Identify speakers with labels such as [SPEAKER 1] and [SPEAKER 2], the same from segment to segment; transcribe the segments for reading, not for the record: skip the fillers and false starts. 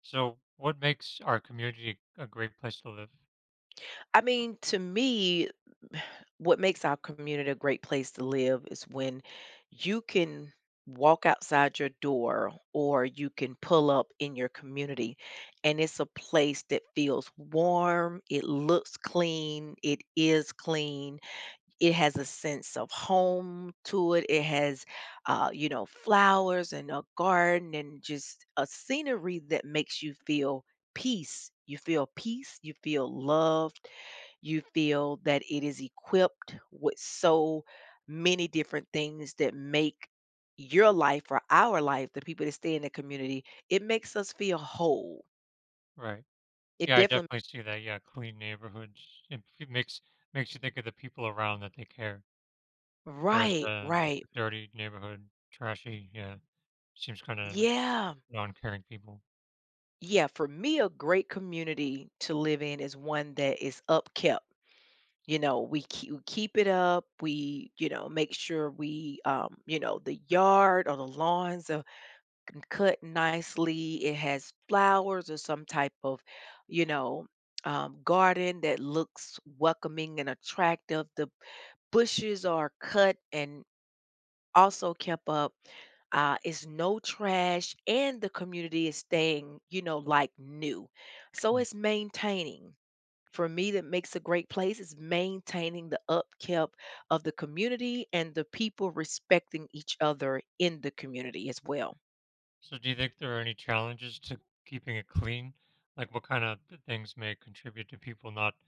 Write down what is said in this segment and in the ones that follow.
[SPEAKER 1] So, what makes our community a great place to live?
[SPEAKER 2] I mean, to me, what makes our community a great place to live is when you can walk outside your door or you can pull up in your community and it's a place that feels warm, it looks clean, it is clean, it has a sense of home to it. It has, flowers and a garden and just a scenery that makes you feel peace. You feel peace. You feel loved. You feel that it is equipped with so many different things that make your life or our life, the people that stay in the community, it makes us feel whole.
[SPEAKER 1] Right.
[SPEAKER 2] It
[SPEAKER 1] Yeah, I
[SPEAKER 2] definitely,
[SPEAKER 1] definitely see that. Yeah, clean neighborhoods. It makes you think of the people around that they care. Whereas
[SPEAKER 2] right,
[SPEAKER 1] a
[SPEAKER 2] right.
[SPEAKER 1] dirty neighborhood, trashy, yeah, seems kind of like
[SPEAKER 2] Yeah.
[SPEAKER 1] non-caring people.
[SPEAKER 2] Yeah, for me, a great community to live in is one that is upkept. You know, we keep it up. We, you know, make sure we, the yard or the lawns are cut nicely. It has flowers or some type of, you know, garden that looks welcoming and attractive. The bushes are cut and also kept up, is no trash and the community is staying, like new. So
[SPEAKER 1] Mm.
[SPEAKER 2] it's maintaining. For me, that makes a great place is maintaining the upkeep of the community and the people respecting each other in the community as well.
[SPEAKER 1] So, do you think there are any challenges to keeping it clean? Like, what kind of things may contribute to people not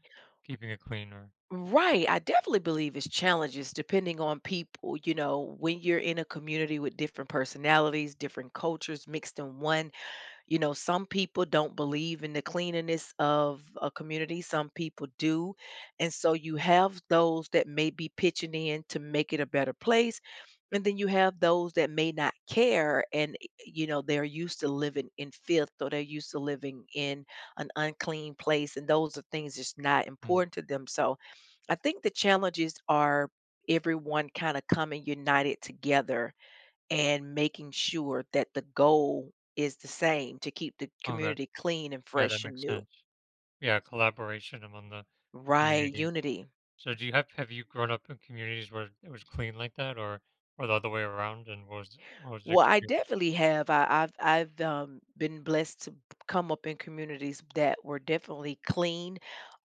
[SPEAKER 1] keeping it clean? Or
[SPEAKER 2] Right. I definitely believe it's challenges depending on people. You know, when you're in a community with different personalities, different cultures mixed in one, you know, some people don't believe in the cleanliness of a community, some people do. And so you have those that may be pitching in to make it a better place. And then you have those that may not care and, you know, they're used to living in filth or they're used to living in an unclean place. And those are things that's not
[SPEAKER 1] mm,
[SPEAKER 2] important to them. So I think the challenges are everyone kind of coming united together and making sure that the goal is the same to keep the
[SPEAKER 1] okay,
[SPEAKER 2] community clean and
[SPEAKER 1] yeah, that
[SPEAKER 2] fresh and
[SPEAKER 1] makes
[SPEAKER 2] new.
[SPEAKER 1] sense. Yeah, collaboration among the
[SPEAKER 2] Right,
[SPEAKER 1] community.
[SPEAKER 2] unity.
[SPEAKER 1] So do you have you grown up in communities where it was clean like that, or the other way around, and what was the
[SPEAKER 2] Well, I
[SPEAKER 1] experience?
[SPEAKER 2] definitely have. I've been blessed to come up in communities that were definitely clean,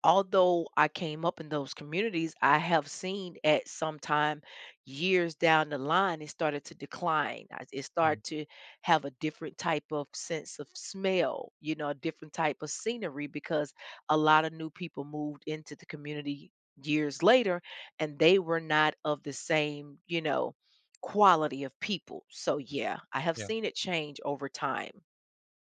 [SPEAKER 2] although I came up in those communities, I have seen at some time years down the line, it started to decline. It
[SPEAKER 1] Mm,
[SPEAKER 2] started to have a different type of sense of smell, you know, a different type of scenery because a lot of new people moved into the community years later and they were not of the same, you know, quality of people. So, yeah, I have
[SPEAKER 1] yeah.
[SPEAKER 2] seen it change over time.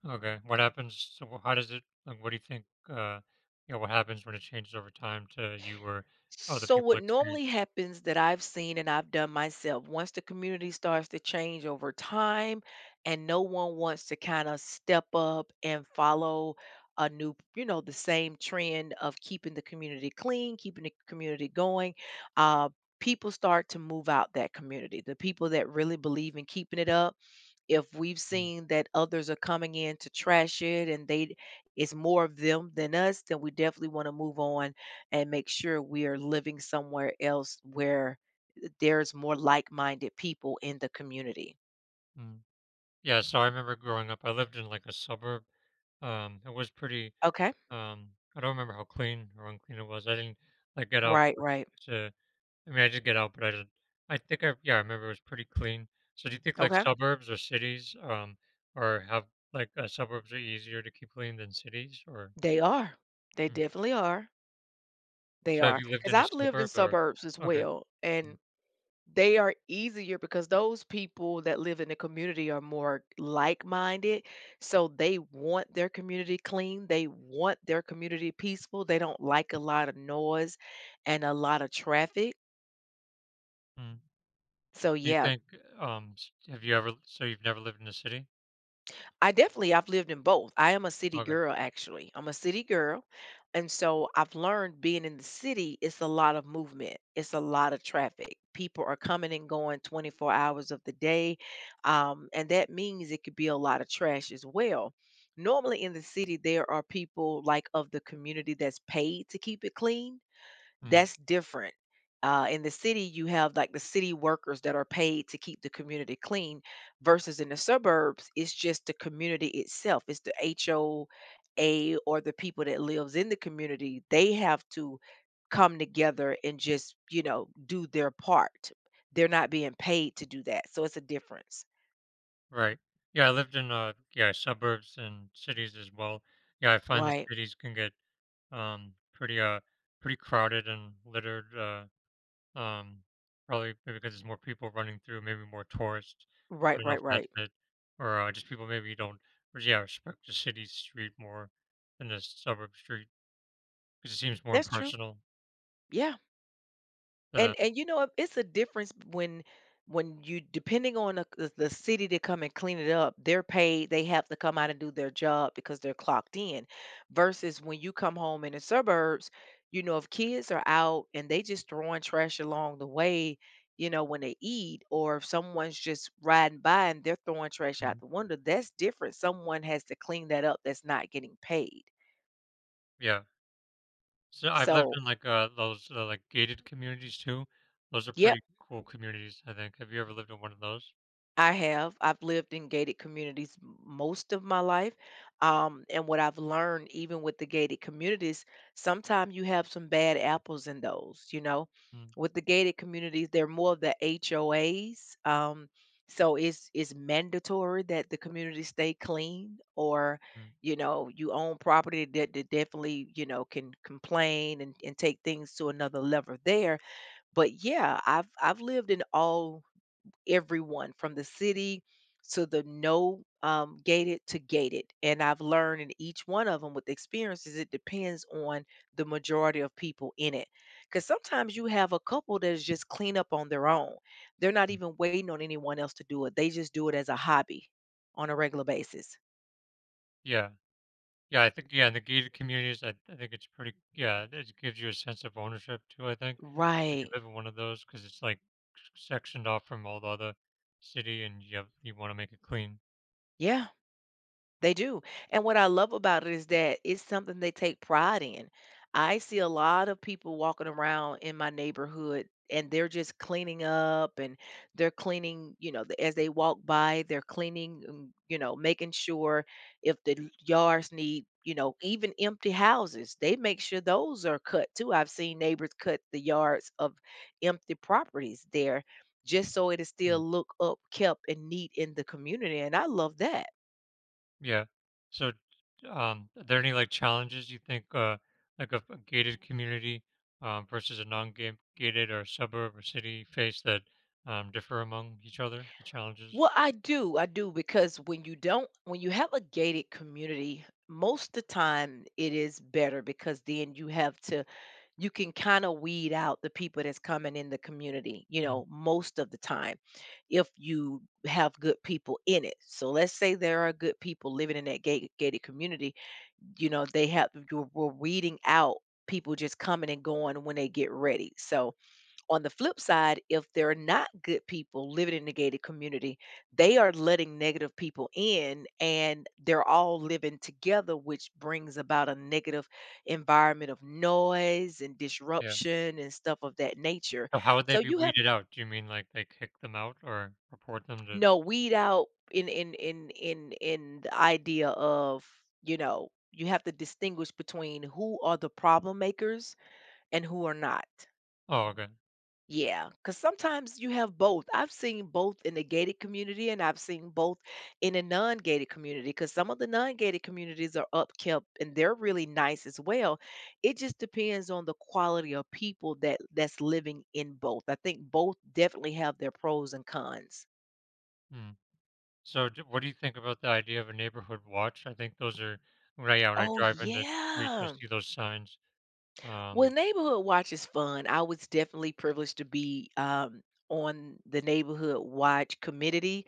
[SPEAKER 1] Okay. What happens so wh- how does it, like, what do you think, what happens when it changes over time to you or other
[SPEAKER 2] So
[SPEAKER 1] people
[SPEAKER 2] what
[SPEAKER 1] experience
[SPEAKER 2] normally
[SPEAKER 1] it?
[SPEAKER 2] happens that I've seen and I've done myself, once the community starts to change over time and no one wants to kind of step up and follow a new, you know, the same trend of keeping the community clean, keeping the community going, uh, people start to move out that community. The people that really believe in keeping it up, if we've
[SPEAKER 1] Mm,
[SPEAKER 2] seen that others are coming in to trash it and they it's more of them than us, then we definitely want to move on and make sure we are living somewhere else where there's more like-minded people in the community.
[SPEAKER 1] mm. Yeah, so I remember growing up I lived in like a suburb. It was pretty,
[SPEAKER 2] Okay.
[SPEAKER 1] um I don't remember how clean or unclean it was. I didn't like get out
[SPEAKER 2] Right,
[SPEAKER 1] much.
[SPEAKER 2] right.
[SPEAKER 1] I mean, I did get out, but I think I yeah, I remember it was pretty clean. So do you think like
[SPEAKER 2] Okay.
[SPEAKER 1] suburbs or cities, or have, suburbs are easier to keep clean than cities, or
[SPEAKER 2] They are. They
[SPEAKER 1] mm,
[SPEAKER 2] definitely are. They
[SPEAKER 1] so have
[SPEAKER 2] are.
[SPEAKER 1] you lived
[SPEAKER 2] Because
[SPEAKER 1] in a
[SPEAKER 2] I've lived in
[SPEAKER 1] suburb? Or
[SPEAKER 2] suburbs as
[SPEAKER 1] okay.
[SPEAKER 2] well. And they are easier because those people that live in the community are more like-minded, so they want their community clean, they want their community peaceful, they don't like a lot of noise and a lot of traffic.
[SPEAKER 1] Mm.
[SPEAKER 2] So,
[SPEAKER 1] Do you
[SPEAKER 2] yeah,
[SPEAKER 1] think, have you ever, so you've never lived in a city?
[SPEAKER 2] I definitely I've lived in both. I am a city
[SPEAKER 1] Okay.
[SPEAKER 2] girl actually. I'm a city girl. And so I've learned being in the city, it's a lot of movement. It's a lot of traffic. People are coming and going 24 hours of the day. And that means it could be a lot of trash as well. Normally in the city, there are people like of the community that's paid to keep it clean,
[SPEAKER 1] Mm.
[SPEAKER 2] that's different. In the city, you have like the city workers that are paid to keep the community clean, versus in the suburbs, it's just the community itself. It's the HOA or the people that lives in the community. They have to come together and just, you know, do their part. They're not being paid to do that, so it's a difference.
[SPEAKER 1] Right. Yeah, I lived in yeah, suburbs and cities as well. Yeah, I find the
[SPEAKER 2] Right,
[SPEAKER 1] cities can get, pretty, pretty crowded and littered. Um, Probably maybe because there's more people running through, maybe more tourists. I
[SPEAKER 2] right,
[SPEAKER 1] don't know
[SPEAKER 2] right,
[SPEAKER 1] if that's
[SPEAKER 2] right.
[SPEAKER 1] it, or just people maybe don't, or yeah, respect the city street more than the suburb street because it seems more
[SPEAKER 2] That's true.
[SPEAKER 1] impersonal
[SPEAKER 2] Yeah.
[SPEAKER 1] to them.
[SPEAKER 2] And you know, it's a difference when you depending on the city to come and clean it up, they're paid, they have to come out and do their job because they're clocked in. Versus when you come home in the suburbs, you know, if kids are out and they just throwing trash along the way, you know, when they eat, or if someone's just riding by and they're throwing trash
[SPEAKER 1] Mhm.
[SPEAKER 2] out the window, that's different. Someone has to clean that up that's not getting paid.
[SPEAKER 1] Yeah. So I've lived
[SPEAKER 2] So,
[SPEAKER 1] in like, those, like gated communities too. Those are
[SPEAKER 2] yep,
[SPEAKER 1] pretty cool communities, I think. Have you ever lived in one of those?
[SPEAKER 2] I have. I've lived in gated communities most of my life. And what I've learned, even with the gated communities, sometimes you have some bad apples in those, you know.
[SPEAKER 1] Mm-hmm.
[SPEAKER 2] With the gated communities, they're more of the HOAs. So it's mandatory that the community stay clean, or you know, you own property that, that definitely, you know, can complain and take things to another level there. But yeah, I've lived in all, everyone from the city to the no gated to gated. And I've learned in each one of them with the experiences, it depends on the majority of people in it. Because sometimes you have a couple that's just clean up on their own. They're not even waiting on anyone else to do it. They just do it as a hobby on a regular basis.
[SPEAKER 1] Yeah. Yeah, I think yeah, in the gated communities, I think it's pretty. Yeah, it gives you a sense of ownership too. I think if you
[SPEAKER 2] Right.
[SPEAKER 1] live in one of those, because it's like sectioned off from all the other city, and you have, you want to make it clean.
[SPEAKER 2] Yeah. They do. And what I love about it is that it's something they take pride in. I see a lot of people walking around in my neighborhood and they're just cleaning up and they're cleaning, you know, as they walk by, they're cleaning, and, you know, making sure if the yards need, you know, even empty houses, they make sure those are cut too. I've seen neighbors cut the yards of empty properties there just so it is still
[SPEAKER 1] Mm,
[SPEAKER 2] look up kept and neat in the community and I love that.
[SPEAKER 1] yeah. So, are there any like challenges you think, like a gated community, versus a non-gated or suburb or city face that, differ among each other? The challenges.
[SPEAKER 2] Well, I do. I do because when you don't, when you have a gated community, most the time it is better because then you have to, you can kind of weed out the people that's coming in the community, you
[SPEAKER 1] Mm,
[SPEAKER 2] know, most of the time if you have good people in it. So let's say there are good people living in that gated community, you know, they have, you're, we're weeding out people just coming and going when they get ready. So, on the flip side, if they're not good people living in the gated community, they are letting negative people in and they're all living together, which brings about a negative environment of noise and
[SPEAKER 1] yeah.
[SPEAKER 2] disruption and stuff of that nature.
[SPEAKER 1] So how would they
[SPEAKER 2] So
[SPEAKER 1] be
[SPEAKER 2] you have
[SPEAKER 1] weeded out? Do you mean like they kick them out or report them to?
[SPEAKER 2] no weed out in the idea of, you know, you have to distinguish between who are the problem makers and who are not.
[SPEAKER 1] Oh, okay.
[SPEAKER 2] Yeah, because sometimes you have both. I've seen both in the gated community and I've seen both in a non gated community because some of the non gated communities are upkept and they're really nice as well. It just depends on the quality of people that that's living in both. I think both definitely have their pros and cons.
[SPEAKER 1] Mm. So, d what do you think about the idea of a neighborhood watch? I think those are, when I, yeah, when I
[SPEAKER 2] Oh,
[SPEAKER 1] drive into streets, I
[SPEAKER 2] yeah.
[SPEAKER 1] see those signs.
[SPEAKER 2] Well,
[SPEAKER 1] Um,
[SPEAKER 2] neighborhood watch is fun. I was definitely privileged to be on the neighborhood watch committee.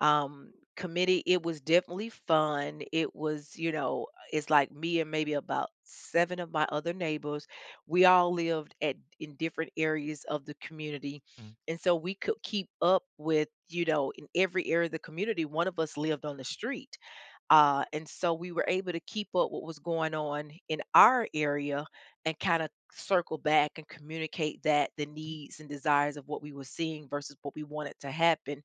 [SPEAKER 2] Committee, it was definitely fun. It was, you know, it's like me and maybe about 7 of my other neighbors. We all lived at in different areas of the community,
[SPEAKER 1] mm,
[SPEAKER 2] and so we could keep up with, you know, in every area of the community. One of us lived on the street, and so we were able to keep up what was going on in our area and kind of circle back and communicate that the needs and desires of what we were seeing versus what we wanted to happen.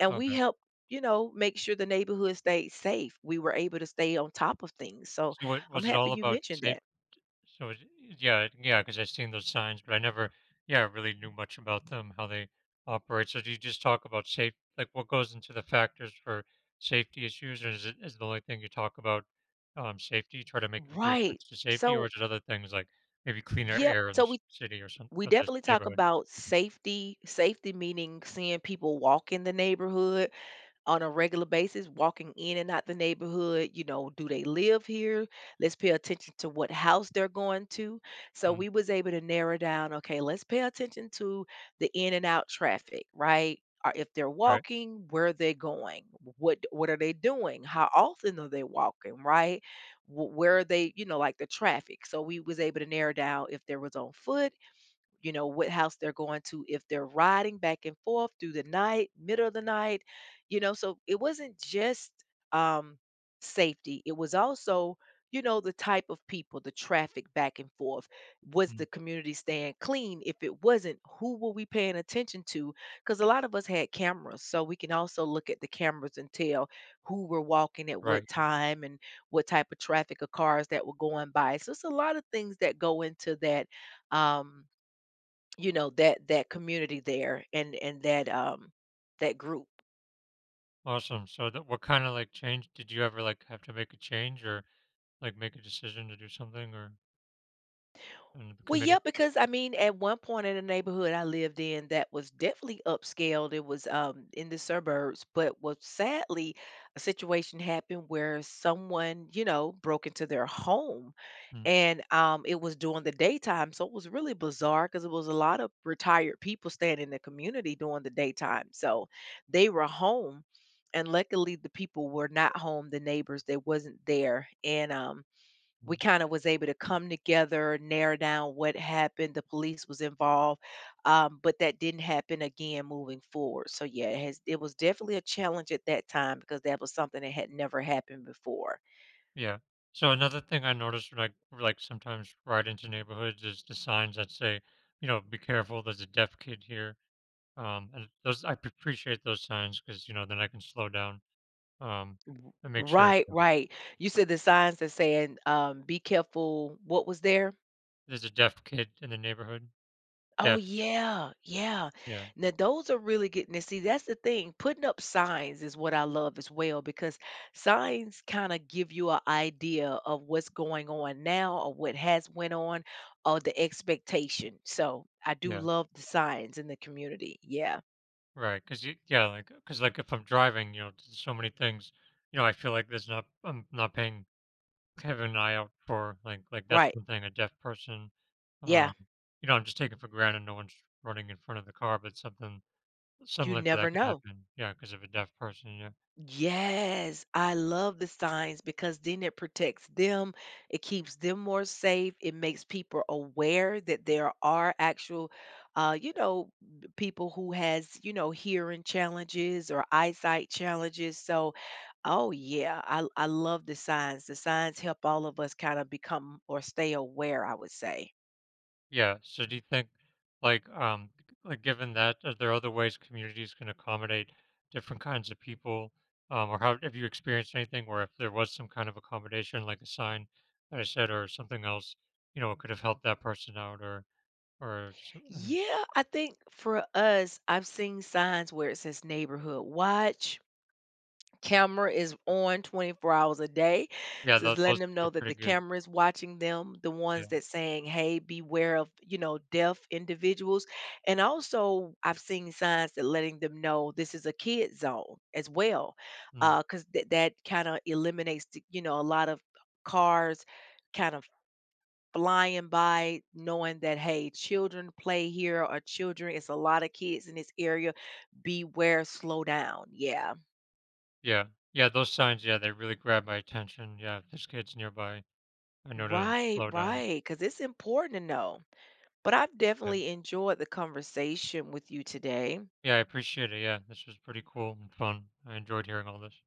[SPEAKER 2] And we
[SPEAKER 1] okay.
[SPEAKER 2] helped, you know, make sure the neighborhood stayed safe. We were able to stay on top of things. So
[SPEAKER 1] So, what
[SPEAKER 2] I'm
[SPEAKER 1] was it
[SPEAKER 2] happy
[SPEAKER 1] all
[SPEAKER 2] you
[SPEAKER 1] about,
[SPEAKER 2] mentioned
[SPEAKER 1] safe?
[SPEAKER 2] that.
[SPEAKER 1] So, is- yeah, yeah, because I've seen those signs, but I never, yeah, really knew much about them, how they operate. So, do you just talk about safe, like what goes into the factors for safety issues, or is the only thing you talk about, safety? Try to make
[SPEAKER 2] Right.
[SPEAKER 1] improvements to safety, or
[SPEAKER 2] So,
[SPEAKER 1] is it other things like maybe cleaner
[SPEAKER 2] yep.
[SPEAKER 1] air in the
[SPEAKER 2] So we
[SPEAKER 1] city or some,
[SPEAKER 2] we
[SPEAKER 1] or the
[SPEAKER 2] definitely talk
[SPEAKER 1] neighborhood?
[SPEAKER 2] about safety. Safety meaning seeing people walk in the neighborhood on a regular basis, walking in and out the neighborhood. You know, do they live here? Let's pay attention to what house they're going to. So
[SPEAKER 1] Mm,
[SPEAKER 2] we was able to narrow down. Okay, let's pay attention to the in and out traffic, right? Or if they're
[SPEAKER 1] right,
[SPEAKER 2] walking, where are they going? What are they doing? How often are they walking? Right? Where are they? You know, like the traffic. So we was able to narrow down if there was on foot, you know, what house they're going to, if they're riding back and forth through the night, middle of the night, you know. So it wasn't just um safety, it was also, you know, the type of people, the traffic back and forth, was
[SPEAKER 1] mm,
[SPEAKER 2] the community staying clean. If it wasn't, who were we paying attention to? Because a lot of us had cameras, so we can also look at the cameras and tell who were walking at
[SPEAKER 1] right,
[SPEAKER 2] what
[SPEAKER 1] yeah.
[SPEAKER 2] time and what type of traffic of cars that were going by. So it's a lot of things that go into that, um you know, that community there, and that that group.
[SPEAKER 1] Awesome, so that what kinda, like, change, did you ever, like, have to make a change, or, like, make a decision to do something or in the
[SPEAKER 2] Well,
[SPEAKER 1] committee?
[SPEAKER 2] yeah, because I mean, at one point in the neighborhood I lived in, that was definitely upscaled. It was in the suburbs, but was sadly a situation happened where someone, you know, broke into their home,
[SPEAKER 1] Mm,
[SPEAKER 2] and it was during the daytime, so it was really bizarre because it was a lot of retired people staying in the community during the daytime, so they were home, and luckily the people were not home, the neighbors, they wasn't there, and
[SPEAKER 1] mm,
[SPEAKER 2] we kinda was able to come together, narrow down what happened, the police was involved, but that didn't happen again moving forward. So, yeah, it has it was definitely a challenge at that time because that was something that had never happened before.
[SPEAKER 1] yeah. So another thing I noticed when I, like, sometimes ride into neighborhoods is the signs that say, you know, "Be careful, there's a deaf kid here," and those I p appreciate those signs because you know, then I can slow down, um,
[SPEAKER 2] W
[SPEAKER 1] and make sure,
[SPEAKER 2] Right,
[SPEAKER 1] you know,
[SPEAKER 2] right. You said the signs that saying, "Be careful," what was there?
[SPEAKER 1] there's a deaf kid in the neighborhood.
[SPEAKER 2] Oh,
[SPEAKER 1] Deaf,
[SPEAKER 2] yeah, yeah.
[SPEAKER 1] yeah,
[SPEAKER 2] Now those are really getting to see, that's the thing. Putting up signs is what I love as well, because signs kind of give you an idea of what's going on now or what has went on or the expectation. So I do
[SPEAKER 1] yeah.
[SPEAKER 2] love the signs in the community. Yeah,
[SPEAKER 1] Right, 'cause you yeah, like, cause like, if I'm driving, you know, there's so many things, you know, I feel like there's not, I'm not paying having an eye out for, like, that's
[SPEAKER 2] right.
[SPEAKER 1] one thing, a deaf person, um,
[SPEAKER 2] Yeah,
[SPEAKER 1] you know, I'm just taking for granted no one's running in front of the car, but something
[SPEAKER 2] you
[SPEAKER 1] similar to that
[SPEAKER 2] never
[SPEAKER 1] could
[SPEAKER 2] know.
[SPEAKER 1] happen, yeah, cause of a deaf person, yeah.
[SPEAKER 2] Yes, I love the signs because then it protects them. It keeps them more safe. It makes people aware that there are actual, you know, people who has, you know, hearing challenges or eyesight challenges. So, oh yeah, I love the signs. The signs help all of us kind of become or stay aware, I would say.
[SPEAKER 1] Yeah. So do you think, like, um, like given that, are there other ways communities can accommodate different kinds of people? Or how have you experienced anything where if there was some kind of accommodation, like a sign that I said or something else, you know, it could have helped that person out, or, or
[SPEAKER 2] Yeah, I think for us, I've seen signs where it says neighborhood watch camera is on 24 hours a day.
[SPEAKER 1] yeah,
[SPEAKER 2] Just
[SPEAKER 1] those
[SPEAKER 2] letting them
[SPEAKER 1] were
[SPEAKER 2] know that the
[SPEAKER 1] pretty good.
[SPEAKER 2] camera is watching them, the ones
[SPEAKER 1] Yeah.
[SPEAKER 2] that saying, hey, beware of, you know, deaf individuals. And also I've seen signs that letting them know this is a kid zone as well.
[SPEAKER 1] Mm.
[SPEAKER 2] Cause that kind of eliminates the, you know, a lot of cars kind of flying by, knowing that hey, children play here, or children, it's a lot of kids in this area, beware, slow down, yeah.
[SPEAKER 1] Yeah. Yeah. Those signs. Yeah, they really grabbed my attention. Yeah. If there's kids nearby, I know to
[SPEAKER 2] Right,
[SPEAKER 1] slow down.
[SPEAKER 2] right, because it's important to know. But I've
[SPEAKER 1] Yeah.
[SPEAKER 2] definitely enjoyed the conversation with you today.
[SPEAKER 1] Yeah. I appreciate it. Yeah. This was pretty cool and fun. I enjoyed hearing all this.